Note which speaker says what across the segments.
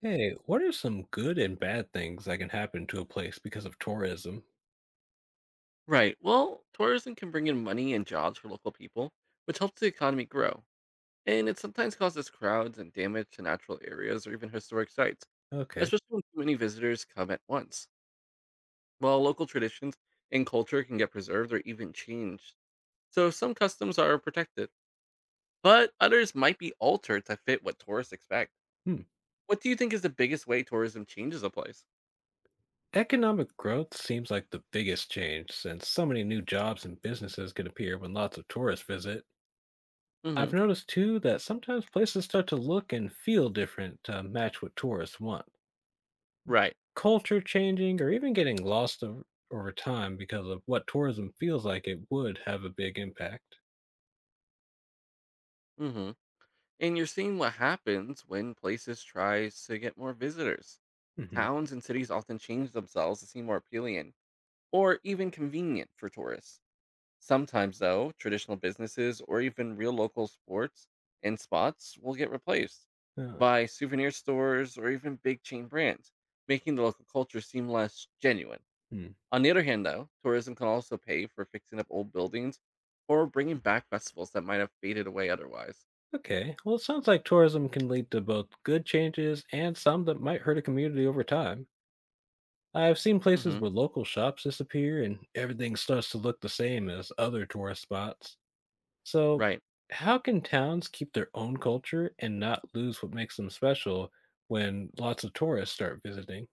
Speaker 1: Hey, what are some good and bad things that can happen to a place because of tourism?
Speaker 2: Right. Well, tourism can bring in money and jobs for local people, which helps the economy grow. And it sometimes causes crowds and damage to natural areas or even historic sites,
Speaker 1: Okay.
Speaker 2: especially when too many visitors come at once. While local traditions and culture can get preserved or even changed, so some customs are protected, but others might be altered to fit what tourists expect.
Speaker 1: Hmm.
Speaker 2: What do you think is the biggest way tourism changes a place?
Speaker 1: Economic growth seems like the biggest change since so many new jobs and businesses can appear when lots of tourists visit.
Speaker 2: Hmm.
Speaker 1: I've noticed too that sometimes places start to look and feel different to match what tourists want.
Speaker 2: Right.
Speaker 1: Culture changing or even getting lost over time because of what tourism feels like it would have a big impact.
Speaker 2: Hmm. And you're seeing what happens when places tries to get more visitors.
Speaker 1: Hmm.
Speaker 2: Towns and cities often change themselves to seem more appealing or even convenient for tourists. Sometimes, though, traditional businesses or even real local sports and spots will get replaced by souvenir stores or even big chain brands, making the local culture seem less genuine. On the other hand, though, tourism can also pay for fixing up old buildings or bringing back festivals that might have faded away otherwise.
Speaker 1: Okay. Well, it sounds like tourism can lead to both good changes and some that might hurt a community over time. I've seen places
Speaker 2: Hmm.
Speaker 1: where local shops disappear and everything starts to look the same as other tourist spots. So,
Speaker 2: Right.
Speaker 1: how can towns keep their own culture and not lose what makes them special when lots of tourists start visiting?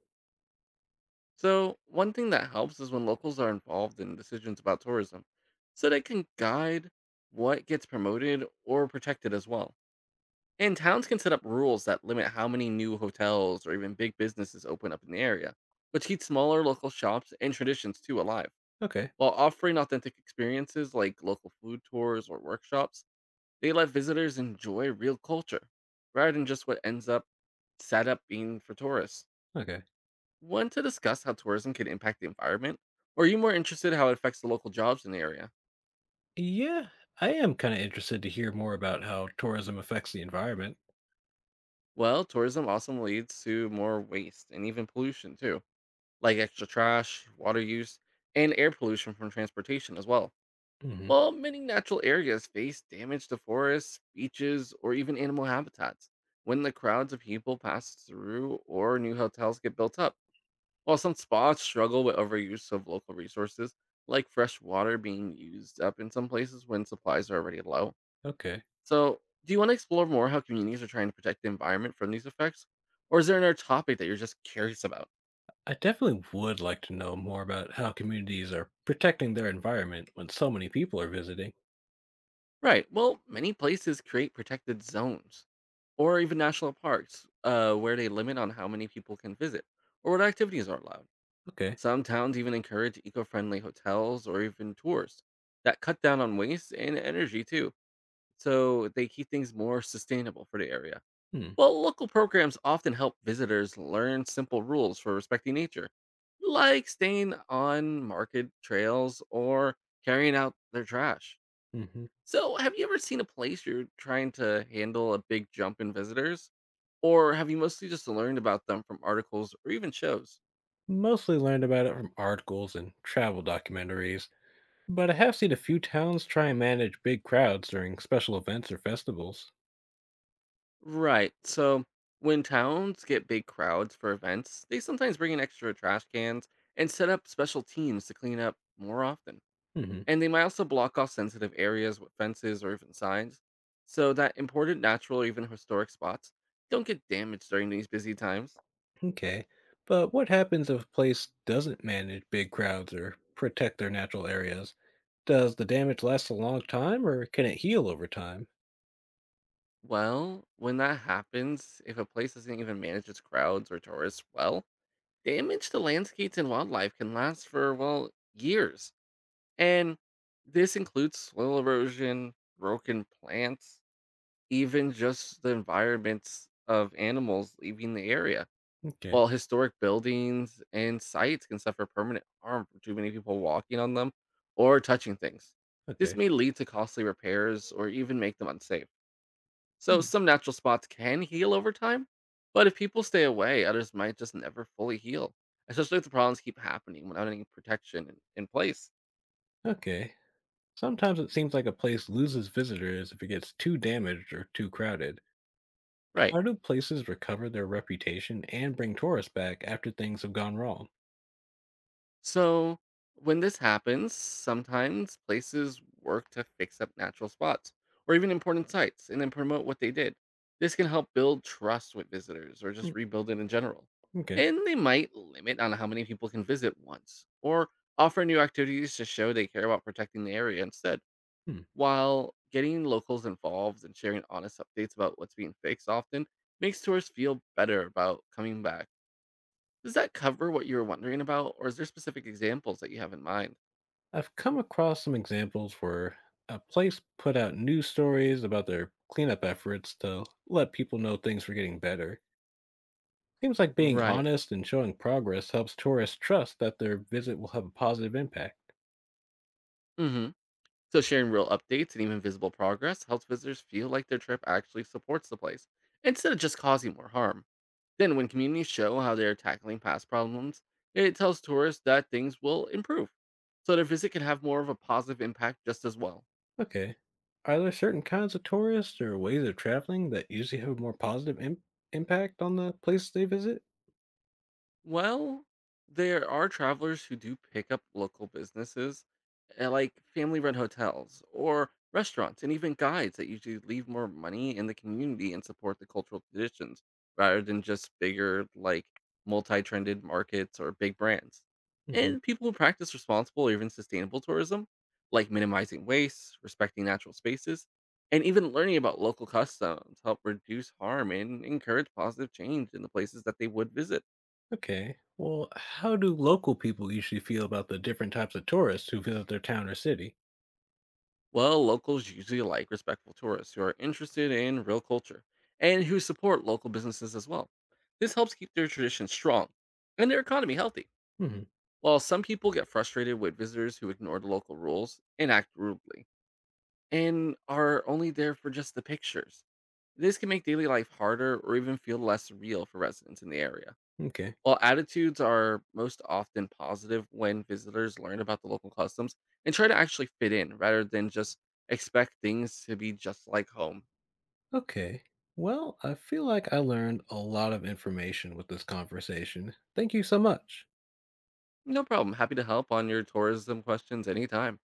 Speaker 2: So, one thing that helps is when locals are involved in decisions about tourism, so they can guide what gets promoted or protected as well. And towns can set up rules that limit how many new hotels or even big businesses open up in the area, which keeps smaller local shops and traditions too alive.
Speaker 1: Okay.
Speaker 2: While offering authentic experiences like local food tours or workshops, they let visitors enjoy real culture rather than just what ends up set up being for tourists.
Speaker 1: Okay.
Speaker 2: Want to discuss how tourism can impact the environment? Or are you more interested how it affects the local jobs in the area?
Speaker 1: Yeah, I am kind of interested to hear more about how tourism affects the environment.
Speaker 2: Well, tourism also leads to more waste and even pollution too, like extra trash, water use, and air pollution from transportation as well.
Speaker 1: Hmm.
Speaker 2: While many natural areas face damage to forests, beaches, or even animal habitats when the crowds of people pass through or new hotels get built up. While some spots struggle with overuse of local resources, like fresh water being used up in some places when supplies are already low.
Speaker 1: Okay.
Speaker 2: So, do you want to explore more how communities are trying to protect the environment from these effects? Or is there another topic that you're just curious about?
Speaker 1: I definitely would like to know more about how communities are protecting their environment when so many people are visiting.
Speaker 2: Right, well, many places create protected zones or even national parks where they limit on how many people can visit or what activities are allowed.
Speaker 1: Okay.
Speaker 2: Some towns even encourage eco friendly hotels or even tours that cut down on waste and energy too, so they keep things more sustainable for the area.
Speaker 1: Hmm.
Speaker 2: Well, local programs often help visitors learn simple rules for respecting nature, like staying on market trails or carrying out their trash.
Speaker 1: Hmm.
Speaker 2: So, have you ever seen a place you're trying to handle a big jump in visitors? Or have you mostly just learned about them from articles or even shows?
Speaker 1: Mostly learned about it from articles and travel documentaries, but I have seen a few towns try and manage big crowds during special events or festivals.
Speaker 2: Right. So when towns get big crowds for events, they sometimes bring in extra trash cans and set up special teams to clean up more often.
Speaker 1: Hmm.
Speaker 2: And they might also block off sensitive areas with fences or even signs so that important natural or even historic spots don't get damaged during these busy times.
Speaker 1: Okay. But what happens if a place doesn't manage big crowds or protect their natural areas? Does the damage last a long time or can it heal over time?
Speaker 2: Well, when that happens, if a place doesn't even manage its crowds or tourists well, damage to landscapes and wildlife can last for, well, years. And this includes soil erosion, broken plants, even just the environments of animals leaving the area.
Speaker 1: Okay.
Speaker 2: While historic buildings and sites can suffer permanent harm from too many people walking on them or touching things. This
Speaker 1: Okay.
Speaker 2: may lead to costly repairs or even make them unsafe. So,
Speaker 1: Hmm.
Speaker 2: some natural spots can heal over time, but if people stay away, others might just never fully heal, especially if the problems keep happening without any protection in place.
Speaker 1: Okay. Sometimes it seems like a place loses visitors if it gets too damaged or too crowded.
Speaker 2: Right.
Speaker 1: How do places recover their reputation and bring tourists back after things have gone wrong?
Speaker 2: So, when this happens, sometimes places work to fix up natural spots or even important sites and then promote what they did. This can help build trust with visitors or
Speaker 1: Hmm,
Speaker 2: just rebuild it in general.
Speaker 1: okay.
Speaker 2: And they might limit on how many people can visit once or offer new activities to show they care about protecting the area instead,
Speaker 1: Hmm.
Speaker 2: while getting locals involved and sharing honest updates about what's being fixed often makes tourists feel better about coming back. Does that cover what you were wondering about, or is there specific examples that you have in mind?
Speaker 1: I've come across some examples where a place put out news stories about their cleanup efforts to let people know things were getting better. Seems like being
Speaker 2: Right.
Speaker 1: honest and showing progress helps tourists trust that their visit will have a positive impact.
Speaker 2: Hmm. So sharing real updates and even visible progress helps visitors feel like their trip actually supports the place instead of just causing more harm. Then, when communities show how they are tackling past problems, it tells tourists that things will improve, so their visit can have more of a positive impact just as well.
Speaker 1: Okay. Are there certain kinds of tourists or ways of traveling that usually have a more positive impact on the places they visit?
Speaker 2: Well, there are travelers who do pick up local businesses, like family run hotels or restaurants, and even guides that usually leave more money in the community and support the cultural traditions rather than just bigger, like multi trended markets or big brands.
Speaker 1: Hmm.
Speaker 2: And people who practice responsible or even sustainable tourism, like minimizing waste, respecting natural spaces, and even learning about local customs, help reduce harm and encourage positive change in the places that they would visit.
Speaker 1: Okay. Well, how do local people usually feel about the different types of tourists who visit their town or city?
Speaker 2: Well, locals usually like respectful tourists who are interested in real culture and who support local businesses as well. This helps keep their traditions strong and their economy healthy.
Speaker 1: Hmm.
Speaker 2: While some people get frustrated with visitors who ignore the local rules and act rudely and are only there for just the pictures, this can make daily life harder or even feel less real for residents in the area.
Speaker 1: Okay.
Speaker 2: While attitudes are most often positive when visitors learn about the local customs and try to actually fit in rather than just expect things to be just like home.
Speaker 1: Okay. Well, I feel like I learned a lot of information with this conversation. Thank you so much.
Speaker 2: No problem. Happy to help on your tourism questions anytime.